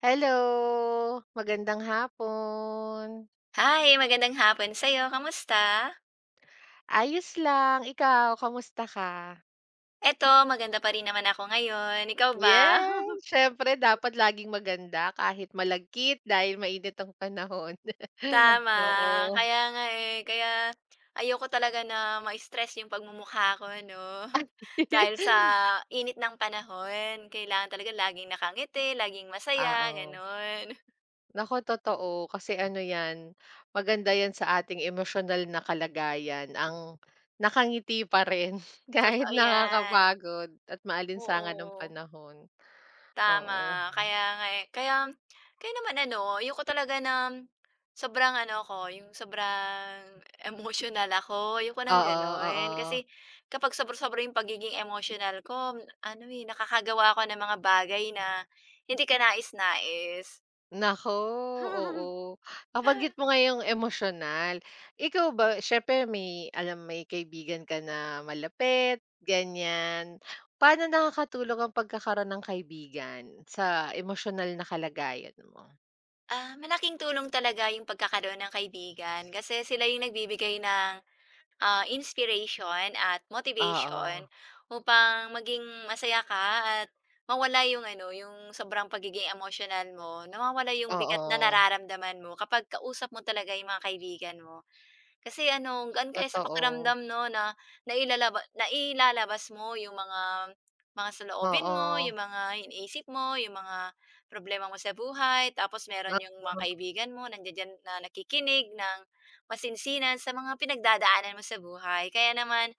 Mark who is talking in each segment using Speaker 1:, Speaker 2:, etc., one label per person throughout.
Speaker 1: Hello, magandang hapon.
Speaker 2: Hi, magandang hapon sa'yo. Kamusta?
Speaker 1: Ayos lang, ikaw kamusta ka?
Speaker 2: Eto, maganda pa rin naman ako ngayon. Ikaw ba?
Speaker 1: Yes, siyempre dapat laging maganda kahit malagkit dahil mainit ang panahon.
Speaker 2: Tama.
Speaker 1: Oo.
Speaker 2: Kaya nga eh, kaya ayoko talaga na ma-stress yung pagmumukha ko 'no. Dahil sa init ng panahon, kailangan talaga laging nakangiti, laging masaya,
Speaker 1: Oo.
Speaker 2: gano'n.
Speaker 1: Naku totoo kasi ano 'yan, maganda 'yan sa ating emosyonal na kalagayan ang nakangiti pa rin kahit
Speaker 2: Totoo 'yan,
Speaker 1: nakakapagod at maalinsangan ng
Speaker 2: oo.
Speaker 1: panahon. Oo.
Speaker 2: Tama, kaya nga, eh. Kaya kaya naman ano, ayoko talaga na sobrang ano ko yung sobrang emotional ako, ayoko nang
Speaker 1: Oo,
Speaker 2: gano'n.
Speaker 1: oo.
Speaker 2: Kasi kapag sobra-sobra yung pagiging emotional ko, ano, eh, nakakagawa ako ng mga bagay na hindi ka nais-nais.
Speaker 1: Naku, oo. Nabanggit mo nga yung emosyonal. Ikaw ba, siyempre may alam may kaibigan ka na malapit, ganyan. Paano nakakatulong ang pagkakaroon ng kaibigan sa emosyonal na kalagayan mo?
Speaker 2: Malaking tulong talaga yung pagkakaroon ng kaibigan kasi sila yung nagbibigay ng inspiration at motivation
Speaker 1: Oo,
Speaker 2: upang maging masaya ka at mawala yung ano, yung sobrang pagiging emotional mo, nawawala yung bigat na
Speaker 1: oo,
Speaker 2: nararamdaman mo kapag kausap mo talaga yung mga kaibigan mo. Kasi ano, gaan kaya sa
Speaker 1: totoo.
Speaker 2: pakiramdam 'no, na nailalabas mo yung mga saloobin mo,
Speaker 1: Oo,
Speaker 2: yung mga iniisip mo, yung mga problema mo sa buhay. Tapos meron yung mga
Speaker 1: oo,
Speaker 2: kaibigan mo nandiya-diyan na nakikinig ng masinsinan sa mga pinagdadaanan mo sa buhay. Kaya naman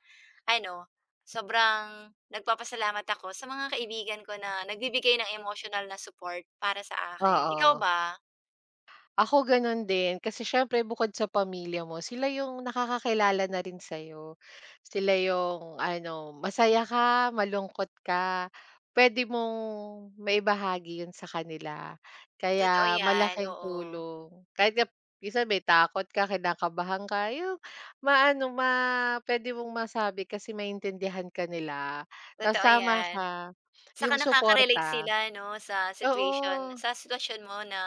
Speaker 2: ano, sobrang nagpapasalamat ako sa mga kaibigan ko na nagbibigay ng emotional na support para sa akin. Ikaw
Speaker 1: oo.
Speaker 2: ba?
Speaker 1: Ako gano'n din, kasi siyempre bukod sa pamilya mo, sila yung nakakakilala na rin sa'yo. Sila yung ano, masaya ka, malungkot ka, puwede mong maibahagi 'yun sa kanila.
Speaker 2: Totoo
Speaker 1: Kaya
Speaker 2: yan,
Speaker 1: malaking
Speaker 2: oo.
Speaker 1: tulong kahit nga minsan may takot ka, kinakabahan ka, yung maano, ma pwede mong masabi kasi maintindihan ka nila. Ta's
Speaker 2: Totoo
Speaker 1: tama
Speaker 2: yan.
Speaker 1: ka, yung
Speaker 2: Saka nakaka-relate
Speaker 1: suporta
Speaker 2: sila 'no, sa
Speaker 1: oo,
Speaker 2: sa sitwasyon mo na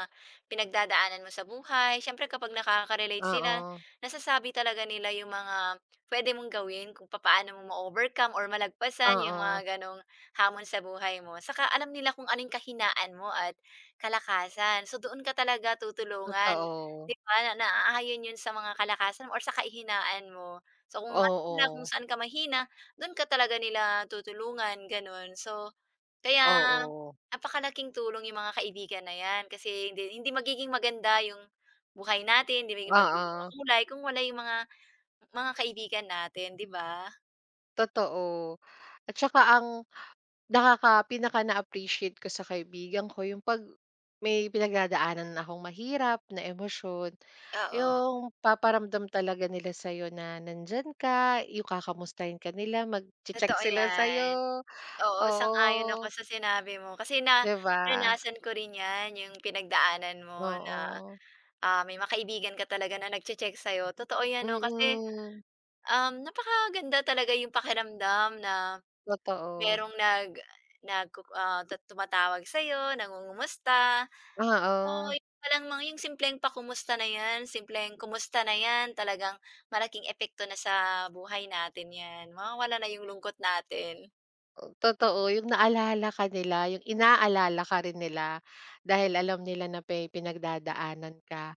Speaker 2: pinagdadaanan mo sa buhay. Siyempre kapag nakaka-relate sila,
Speaker 1: oo,
Speaker 2: nasasabi talaga nila yung mga pwede mong gawin kung paano mo ma-overcome or malagpasan yung mga
Speaker 1: oo,
Speaker 2: gano'ng hamon sa buhay mo. Saka alam nila kung anong yung kahinaan mo at kalakasan. So, doon ka talaga tutulungan,
Speaker 1: totoo.
Speaker 2: 'di ba, na naaayon yun sa mga kalakasan mo or sa kahinaan mo. So, kung alam nila
Speaker 1: Oo,
Speaker 2: kung saan ka mahina, do'n ka talaga nila tutulungan, gano'n. So kaya
Speaker 1: oo.
Speaker 2: napakalaking tulong yung mga kaibigan na yan kasi hindi hindi magiging maganda yung buhay natin, hindi magiging magiging
Speaker 1: Oo,
Speaker 2: makulay kung wala yung mga kaibigan natin, 'di ba?
Speaker 1: totoo. At saka ang pinaka na-appreciate ko sa kaibigan ko yung 'pag may pinagdadaanan akong mahirap na emosyon,
Speaker 2: Oo,
Speaker 1: yung paparamdam talaga nila sa'yo na nandiyan ka, yung kakamustahin ka nila, magche-check
Speaker 2: totoo
Speaker 1: sila
Speaker 2: yan.
Speaker 1: sa'yo,
Speaker 2: Oo, sang-ayon ako
Speaker 1: oo,
Speaker 2: sa sinabi mo kasi na,
Speaker 1: 'di ba?
Speaker 2: naranasan ko rin yan, yung pinagdaanan mo na,
Speaker 1: Oo,
Speaker 2: may mga kaibigan ka talaga na nagche-check sa'yo. Totoo yan 'no kasi,
Speaker 1: mm,
Speaker 2: napakaganda talaga yung pakiramdam na
Speaker 1: totoo,
Speaker 2: Merong nag nagku ah, tu tumatawag sa'yo, nangungumusta. So,
Speaker 1: oo.
Speaker 2: yun pa mga yung simpleng pakumusta na yan, simpleng kumusta na yan, talagang malaking epekto na sa buhay natin yan. Mawawala na yung lungkot natin.
Speaker 1: Totoo, yung naalala ka nila, yung inaalala ka rin nila dahil alam nila na pinagdadaanan ka.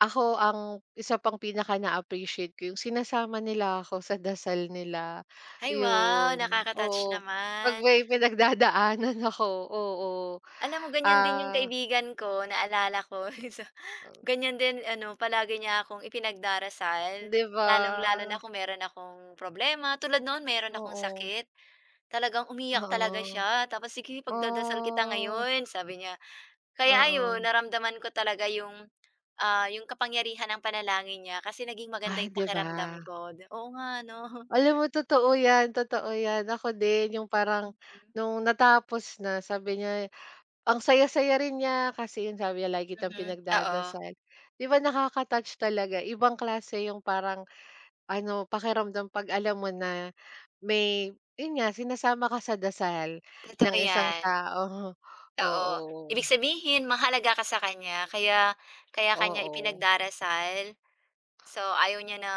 Speaker 1: Ako ang isa pang pinaka na-appreciate ko yung sinasama nila ako sa dasal nila,
Speaker 2: Ay, wow,
Speaker 1: yun.
Speaker 2: nakaka-touch
Speaker 1: Oo, 'pag
Speaker 2: naman.
Speaker 1: may pinagdadaanan ako, oo.
Speaker 2: Alam mo ganyan din yung
Speaker 1: Ah,
Speaker 2: kaibigan ko, naalala ko. So, ganyan din ano, palagi niya akong ipinagdarasal,
Speaker 1: 'di ba?
Speaker 2: lalong-lalo na kung meron akong problema. Tulad noon meron akong
Speaker 1: Oo,
Speaker 2: sakit. Talagang umiyak talaga
Speaker 1: oo.
Speaker 2: siya tapos, "Sige pagdadasal kita
Speaker 1: Oh,
Speaker 2: ngayon," sabi niya. Kaya ayun,
Speaker 1: oo.
Speaker 2: naramdaman ko talaga yung, yung kapangyarihan ng panalangin niya kasi naging maganda
Speaker 1: Ay,
Speaker 2: yung
Speaker 1: 'di ba?
Speaker 2: pakiramdam ko. Oo nga 'no.
Speaker 1: Alam mo totoo 'yan, totoo 'yan. Ako din yung
Speaker 2: Hmm,
Speaker 1: parang nung natapos na sabi niya ang saya-saya rin niya kasi yun sabi niya lagi kitang
Speaker 2: mhm, oo,
Speaker 1: pinagdadasal. 'Di ba nakaka-touch talaga, ibang klase yung parang ano pakiramdam 'pag alam mo na may yun nga sinasama ka sa dasal ng
Speaker 2: totoo
Speaker 1: isang
Speaker 2: yan,
Speaker 1: tao.
Speaker 2: oo.
Speaker 1: Oo,
Speaker 2: Ibig sabihin mahalaga ka sa kanya kaya kaya ka
Speaker 1: oo,
Speaker 2: niya
Speaker 1: oo,
Speaker 2: ipinagdarasal. So, ayaw niya na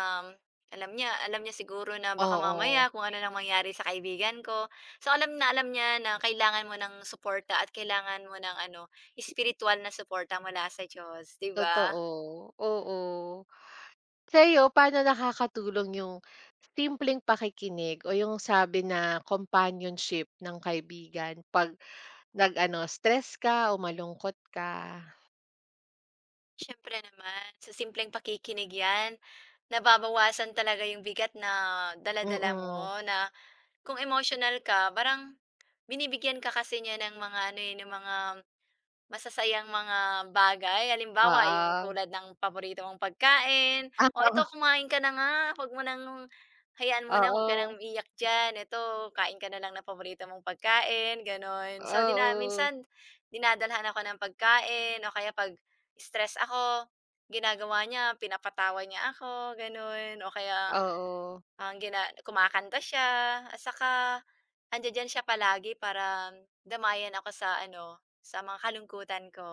Speaker 2: alam niya siguro na baka mamaya
Speaker 1: oo,
Speaker 2: kung ano lang mangyari sa kaibigan ko. So, alam na alam niya na kailangan mo ng suporta at kailangan mo ng ano, spiritual na suporta mula sa Diyos, 'di ba?
Speaker 1: totoo, oo. Sa'yo, paano nakakatulong yung simpleng pakikinig o yung sabi na companionship ng kaibigan 'pag nag-ano, stress ka o malungkot ka?
Speaker 2: Siyempre naman, sa simpleng pakikinig 'yan, nababawasan talaga yung bigat na dala
Speaker 1: Mm,
Speaker 2: mo na kung emotional ka, parang binibigyan ka kasi niya ng mga ano, eh, ng mga masasayang mga bagay, halimbawa yung
Speaker 1: oo.
Speaker 2: tulad ng paborito mong pagkain, "O ito kumain ka na nga, wag mo nang hayaan mo na, wag ka
Speaker 1: Oo,
Speaker 2: nang iiyak diyan, eto kain ka na lang ng paborito mong pagkain." Gano'n. So,
Speaker 1: oo,
Speaker 2: dina
Speaker 1: oo,
Speaker 2: minsan dinadalhan ako ng pagkain o kaya 'pag stress ako, ginagawa niya pinapatawa niya ako, gano'n. O kaya
Speaker 1: oo,
Speaker 2: ang gina kumakanta siya at saka andiya-diyan siya palagi para damayan ako sa ano, sa mga kalungkutan ko.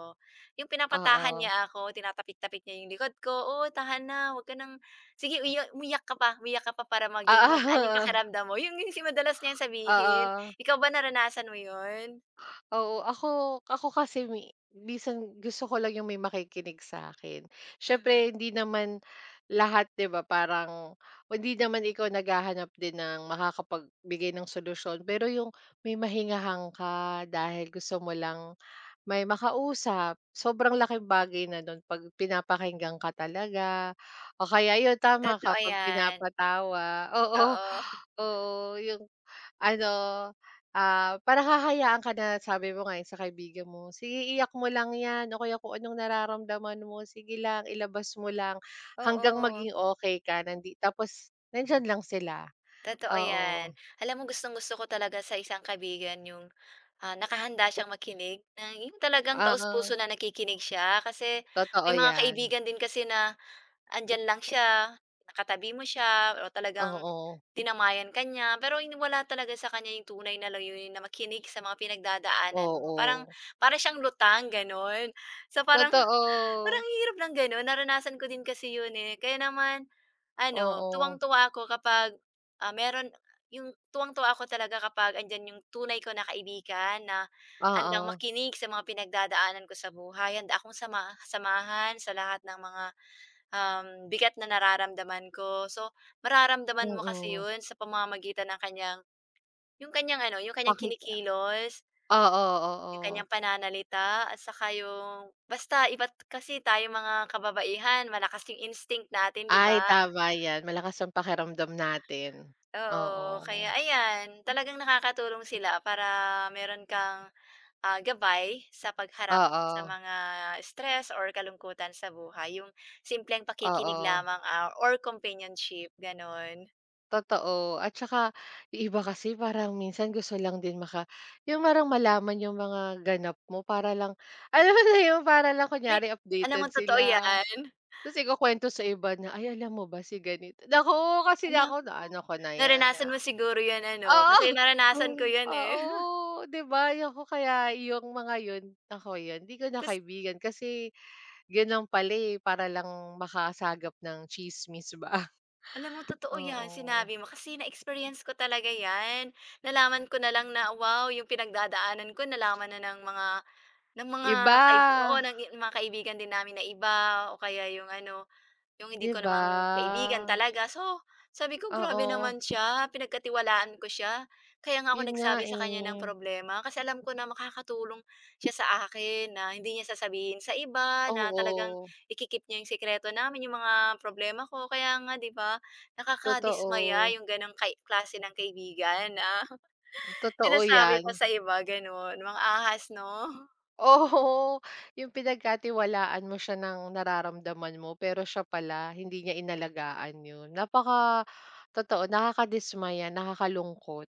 Speaker 2: Yung
Speaker 1: oo,
Speaker 2: pinapatahan
Speaker 1: oo,
Speaker 2: niya ako, tinatapik-tapik niya yung likod ko, "Oo, tahan na, huwag ka ng sige uya umiyak ka pa para maging magaan yung
Speaker 1: oo.
Speaker 2: pakiramdam mo." Yun yung madalas niyang sabihin.
Speaker 1: Oo.
Speaker 2: Ikaw ba naranasan mo yun?
Speaker 1: Oo, ako ako kasi minsan gusto ko lang yung may makikinig sa akin. Siyempre
Speaker 2: Mhm,
Speaker 1: hindi naman lahat 'di ba parang hindi naman ikaw naghahanap din ng makakapagbigay ng solusyon, pero yung may mahingahang ka dahil gusto mo lang may makausap, sobrang laking bagay na nun 'pag pinapakinggan ka talaga o kaya yun tama ka
Speaker 2: totoo
Speaker 1: 'pag
Speaker 2: yan.
Speaker 1: pinapatawa. Oo,
Speaker 2: Oo,
Speaker 1: oo yung ano, para hahayaan ka na sabi mo nga sa kaibigan mo, "Sige iyak mo lang 'yan o kaya kung anong nararamdaman mo sige lang ilabas mo lang hanggang
Speaker 2: oo.
Speaker 1: maging okay ka." Tapos nandiyan lang sila.
Speaker 2: Totoo 'yan.
Speaker 1: Oo,
Speaker 2: Alam mo gustong-gusto ko talaga sa isang kaibigan yung, nakahanda siyang makinig na yung talagang
Speaker 1: oo,
Speaker 2: taos-puso na nakikinig siya. Kasi
Speaker 1: totoo
Speaker 2: may mga
Speaker 1: 'yan.
Speaker 2: kaibigan din kasi na andiyan lang siya, katabi mo siya o talagang
Speaker 1: Oo,
Speaker 2: tinamayan ka niya, pero wala talaga sa kanya yung tunay na layunin na makinig sa mga pinagdadaanan mo. Parang
Speaker 1: oo,
Speaker 2: para siyang lutang, gano'n. So, parang parang
Speaker 1: totoo.
Speaker 2: ang hirap ng gano'n, naranasan ko din kasi 'yun, eh. Kaya naman ano,
Speaker 1: Oo,
Speaker 2: tuwang-tuwa ako kapag, ah, meron yung tuwang-tuwa ako talaga kapag andiyan yung tunay ko na kaibigan na handang
Speaker 1: oo,
Speaker 2: makinig sa mga pinagdadaanan ko sa buhay, handa akong sama samahan sa lahat ng mga, um, bigat na nararamdaman ko. So, mararamdaman mo kasi
Speaker 1: mm,
Speaker 2: 'yun sa pamamagitan ng kanyang yung kaniyang
Speaker 1: pakiki
Speaker 2: kinikilos.
Speaker 1: oo,
Speaker 2: Yung
Speaker 1: oo.
Speaker 2: kanyang pananalita at saka yung basta iba't kasi tayo mga kababaihan malakas yung instinct natin, 'di
Speaker 1: Ay
Speaker 2: ba?
Speaker 1: tama 'yan, malakas ang pakiramdam natin. Oo,
Speaker 2: Oo, kaya ayan, talagang nakakatulong sila para meron kang, gabay sa pagharap sa
Speaker 1: oo.
Speaker 2: mga stress or kalungkutan sa buhay, yung simpleng pakikinig
Speaker 1: Oo,
Speaker 2: lamang, or companionship, gano'n.
Speaker 1: totoo at saka yung iba kasi parang minsan gusto lang din yung parang malaman yung mga ganap mo para lang alam mo na yun, para lang
Speaker 2: Ay,
Speaker 1: kunyari
Speaker 2: alam mo
Speaker 1: updated
Speaker 2: totoo
Speaker 1: sila.
Speaker 2: 'yan.
Speaker 1: Tapos ikukuwento sa iba na, "Ay, alam mo ba si ganito?" Naku, kasi
Speaker 2: Alam
Speaker 1: ako
Speaker 2: mo
Speaker 1: naano ko na yan,
Speaker 2: naranasan mo siguro 'yan ano,
Speaker 1: oo.
Speaker 2: kasi naranasan ko
Speaker 1: Oh.
Speaker 2: 'yan, eh.
Speaker 1: Oo, 'di ba naku kaya yung mga yun, ako yun di ko na
Speaker 2: Tas
Speaker 1: kaibigan kasi ganun pala, eh, para lang makasagap ng tsismis ba,
Speaker 2: Alam mo, totoo 'yan,
Speaker 1: oo.
Speaker 2: sinabi mo kasi na-experience ko talaga 'yan. Nalaman ko na lang na, wow, yung pinagdadaanan ko nalaman na ng mga
Speaker 1: Iba.
Speaker 2: kaib oo, ng i- mga kaibigan din namin na iba o kaya yung ano, yung hindi
Speaker 1: 'Di
Speaker 2: ko
Speaker 1: ba?
Speaker 2: namang kaibigan talaga. So, sabi ko grabe
Speaker 1: Oo,
Speaker 2: naman siya, pinagkatiwalaan ko siya. Kaya nga ako
Speaker 1: yun nga,
Speaker 2: nagsabi sa kanya
Speaker 1: eh.
Speaker 2: ng problema kasi alam ko na makakatulong siya sa akin na hindi niya sasabihin sa iba, na talagang
Speaker 1: Oo,
Speaker 2: ikikip niya yung sikreto namin, yung mga problema ko. Kaya nga 'di ba, nakakadismaya
Speaker 1: totoo.
Speaker 2: yung gano'ng kai klase ng kaibigan na
Speaker 1: Totoo
Speaker 2: sinasabi
Speaker 1: yan.
Speaker 2: pa sa iba gano'n, mga ahas 'no?
Speaker 1: Oo, yung pinagkatiwalaan mo siya ng nararamdaman mo, pero siya pala hindi niya inalagaan yun. Totoo, nakakadismaya, nakakalungkot.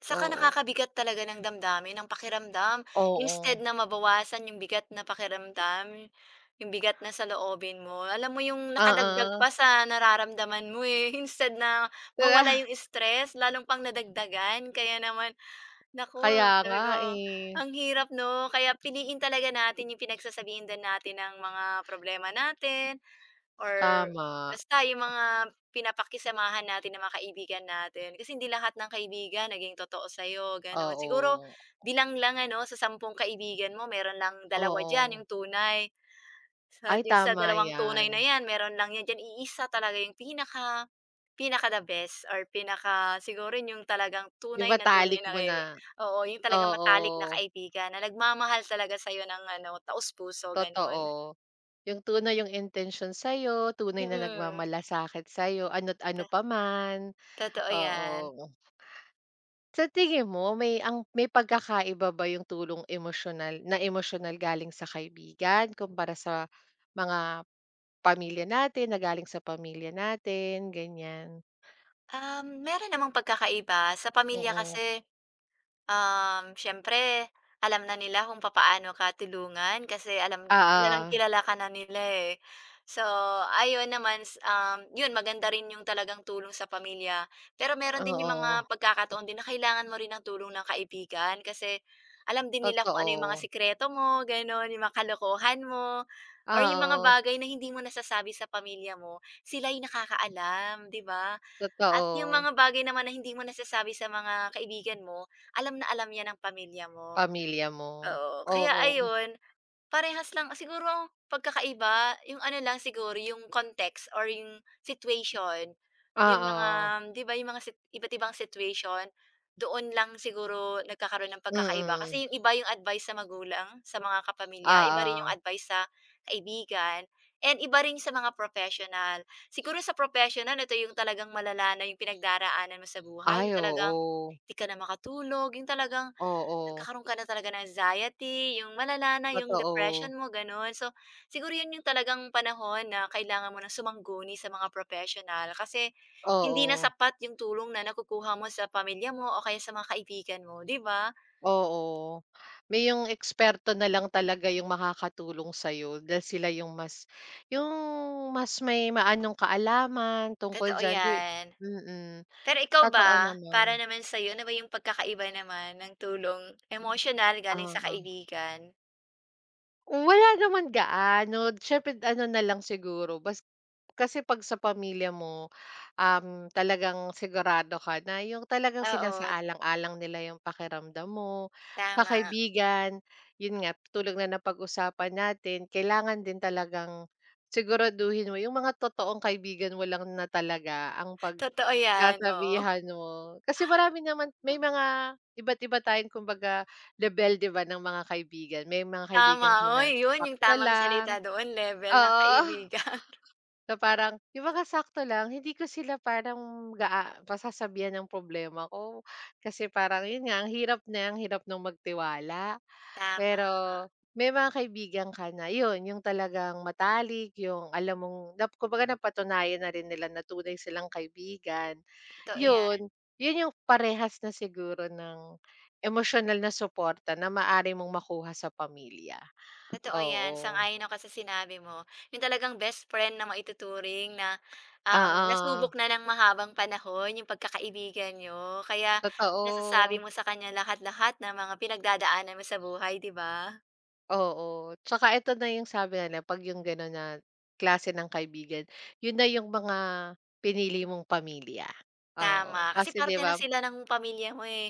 Speaker 2: Saka
Speaker 1: Oo,
Speaker 2: nakakabigat talaga ng damdamin, ng pakiramdam. Instead
Speaker 1: oo.
Speaker 2: na mabawasan yung bigat na pakiramdam, yung bigat na sa loobin mo, alam mo yung nakadagdag
Speaker 1: Oo,
Speaker 2: pa sa nararamdaman mo, eh. Instead na
Speaker 1: kaya
Speaker 2: mawala yung stress lalong pang nadagdagan. Kaya naman
Speaker 1: kaya
Speaker 2: naku,
Speaker 1: nga,
Speaker 2: sabi ko,
Speaker 1: eh.
Speaker 2: ang hirap 'no? Kaya piliin talaga natin yung pinagsasabihan din natin ng mga problema natin, or
Speaker 1: Tama,
Speaker 2: basta yung mga pinapakisamahan natin ng mga kaibigan natin. Kasi hindi lahat ng kaibigan naging totoo sa'yo, gano'n. Siguro
Speaker 1: oo,
Speaker 2: bilang lang ano, sa 10 kaibigan mo meron lang dalawa
Speaker 1: oo.
Speaker 2: diyan yung tunay.
Speaker 1: Ay,
Speaker 2: At yung sa
Speaker 1: tama
Speaker 2: dalawang tunay
Speaker 1: yan.
Speaker 2: na 'yan, meron lang 'yan diyan iisa talaga yung pinaka pinaka the best or pinaka siguro yun yung talagang tunay
Speaker 1: Ibatalik
Speaker 2: na
Speaker 1: mo na.
Speaker 2: oo, yung talagang
Speaker 1: Oo,
Speaker 2: matalik na kaibigan na nagmamahal talaga sa'yo ng ano, taos-puso, gano'n.
Speaker 1: totoo. Yung tunay yung intensyon sa'yo, tunay na
Speaker 2: Mm,
Speaker 1: nagmamalasakit sa'yo, ano't ano
Speaker 2: to
Speaker 1: pa man,
Speaker 2: totoo
Speaker 1: oo.
Speaker 2: 'yan.
Speaker 1: Sa tingin mo may pagkakaiba ba yung tulong emosyonal na emosyonal galing sa kaibigan kumpara sa mga pamilya natin, na galing sa pamilya natin, ganyan?
Speaker 2: Meron namang pagkakaiba. Sa pamilya
Speaker 1: Oo.
Speaker 2: kasi, siyempre alam na nila kung papaano ka tulungan kasi kilalang
Speaker 1: Oo,
Speaker 2: kilala ka na nila, eh. So, ayun yun maganda rin yung talagang tulong sa pamilya. Pero meron din yung
Speaker 1: oo,
Speaker 2: mga pagkakataon din na kailangan mo rin ng tulong ng kaibigan kasi alam din nila kung ano yung mga
Speaker 1: totoo.
Speaker 2: sikreto mo, gano'n, yung mga kalokohan mo or
Speaker 1: Ah,
Speaker 2: yung mga
Speaker 1: oo,
Speaker 2: bagay na hindi mo nasasabi sa pamilya mo, sila yung nakakaalam, 'di ba? At yung
Speaker 1: totoo.
Speaker 2: mga bagay naman na hindi mo nasasabi sa mga kaibigan mo alam na alam 'yan ng pamilya mo,
Speaker 1: Pamilya mo,
Speaker 2: oo. Kaya
Speaker 1: oo,
Speaker 2: ayun, parehas lang siguro ang pagkakaiba yung ano lang siguro yung context or yung situation.
Speaker 1: ah,
Speaker 2: Yung mga
Speaker 1: oo.
Speaker 2: 'di ba yung mga sit iba't ibang situation, doon lang siguro nagkakaroon ng pagkakaiba.
Speaker 1: Mm,
Speaker 2: Kasi yung iba yung advice sa magulang, sa mga kapamilya, iba rin
Speaker 1: oo.
Speaker 2: yung advice sa kaibigan, and iba rin sa mga professional. Siguro sa professional ito yung talagang malala na yung pinagdaraanan mo sa buhay,
Speaker 1: Ay,
Speaker 2: yung talagang
Speaker 1: oo.
Speaker 2: 'di ka na makatulog, yung talagang
Speaker 1: Oo,
Speaker 2: nagkakaroon ka na talaga ng anxiety, yung malala na yung
Speaker 1: totoo.
Speaker 2: depression mo, gano'n. So, siguro 'yun yung talagang panahon na kailangan mo na sumangguni sa mga professional, kasi hindi na
Speaker 1: Oo,
Speaker 2: sapat yung tulong na nakukuha mo sa pamilya mo o kaya sa mga kaibigan mo, 'di ba?
Speaker 1: oo. May yung eksperto na lang talaga yung makakatulong sa'yo dahil sila yung mas may maanong kaalaman tungkol
Speaker 2: Totoo
Speaker 1: diyan, 'di
Speaker 2: 'yan.
Speaker 1: mm,
Speaker 2: Pero ikaw
Speaker 1: totoo
Speaker 2: ba,
Speaker 1: naman,
Speaker 2: para naman sa'yo, ano ba yung pagkakaiba naman ng tulong emotional galing sa
Speaker 1: oo.
Speaker 2: kaibigan?
Speaker 1: Wala naman gaano, siyempre ano na lang siguro kasi 'pag sa pamilya mo, talagang sigurado ka na yung talagang
Speaker 2: Oo,
Speaker 1: sinasaalang-alang nila yung pakiramdam mo. Sa
Speaker 2: tama.
Speaker 1: kaibigan, yun nga tulog na napag-usapan natin kailangan din talagang siguraduhin mo yung mga totoong kaibigan mo lang na talaga ang pag
Speaker 2: Totoo 'yan, oo.
Speaker 1: sasabihan mo. Kasi marami naman may mga iba't iba tayong kumbaga level 'di ba ng mga kaibigan. May mga kaibigan ka
Speaker 2: Tama,
Speaker 1: na
Speaker 2: oy yun yung
Speaker 1: sakto
Speaker 2: tamang
Speaker 1: lang
Speaker 2: salita doon, level ng
Speaker 1: oo,
Speaker 2: kaibigan.
Speaker 1: na parang yung mga sakto lang hindi ko sila parang masasabihan ng problema ko. Kasi parang yun nga ang hirap na ang hirap ng magtiwala.
Speaker 2: Tama,
Speaker 1: Pero may mga kaibigan ka na yun, yung talagang matalik, yung alam mong kumbaga napatunayan na rin nila na tunay silang kaibigan.
Speaker 2: totoo yan,
Speaker 1: Yun, yun yung parehas na siguro ng emosyonal na suporta na maari mong makuha sa pamilya,
Speaker 2: totoo yan,
Speaker 1: oo.
Speaker 2: sang-ayon ako sa sinabi mo. Yung talagang best friend na maituturing na,
Speaker 1: Oo,
Speaker 2: nasubok na ng mahabang panahon yung pagkakaibigan niyo, kaya
Speaker 1: totoo,
Speaker 2: nasasabi mo sa kanya lahat-lahat ng mga pinagdadaanan mo sa buhay, 'di ba?
Speaker 1: oo. Tsaka ito na yung sabi nila 'pag yung gano'n na klase ng kaibigan, yun na yung mga pinili mong pamilya, oo.
Speaker 2: Tama, kasi
Speaker 1: Kasi 'di
Speaker 2: parte na
Speaker 1: ba
Speaker 2: sila ng pamilya mo, eh.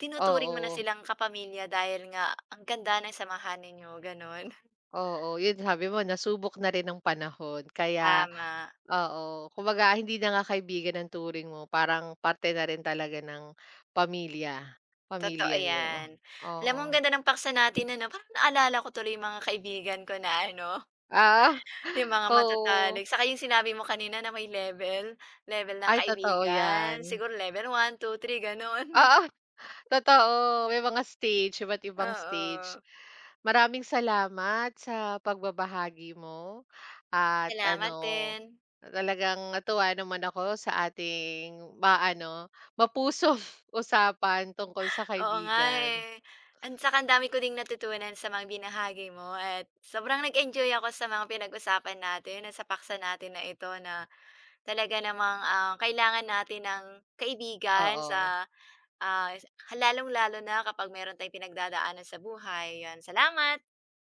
Speaker 2: Tinuturing mo na
Speaker 1: oo.
Speaker 2: silang kapamilya dahil nga ang ganda ng samahan ninyo, gano'n.
Speaker 1: Oo, yun sabi mo nasubok na rin ng panahon kaya
Speaker 2: Tama.
Speaker 1: oo, kumbaga hindi na nga kaibigan ang turing mo parang parte na rin talaga ng pamilya,
Speaker 2: Totoo
Speaker 1: pamilya niyo.
Speaker 2: 'yan. Alam mo
Speaker 1: Oo,
Speaker 2: ang ganda ng paksa natin ano, parang naalala ko tuloy yung mga kaibigan ko na ano,
Speaker 1: ah,
Speaker 2: yung mga
Speaker 1: oo.
Speaker 2: matatalik. Saka yung sinabi mo kanina na may level, level ng
Speaker 1: Ay totoo yan.
Speaker 2: kaibigan. Siguro level 1 2 3 gano'n.
Speaker 1: Oo. Totoo, may mga stage, iba't ibang stage.
Speaker 2: Oo.
Speaker 1: Maraming salamat sa pagbabahagi mo at
Speaker 2: Salamat
Speaker 1: ano,
Speaker 2: din.
Speaker 1: talagang natuwa naman ako sa ating mapusong usapan tungkol sa
Speaker 2: Oo nga
Speaker 1: kaibigan.
Speaker 2: eh. At saka ang dami ko ding natutunan sa mga binahagi mo at sobrang nag-enjoy ako sa mga pinag-usapan natin at sa paksa natin na ito na talaga namang, kailangan natin ng kaibigan
Speaker 1: Oo.
Speaker 2: sa Ah, lalong-lalo na kapag meron tayong pinagdadaanan sa buhay, 'yan. Salamat.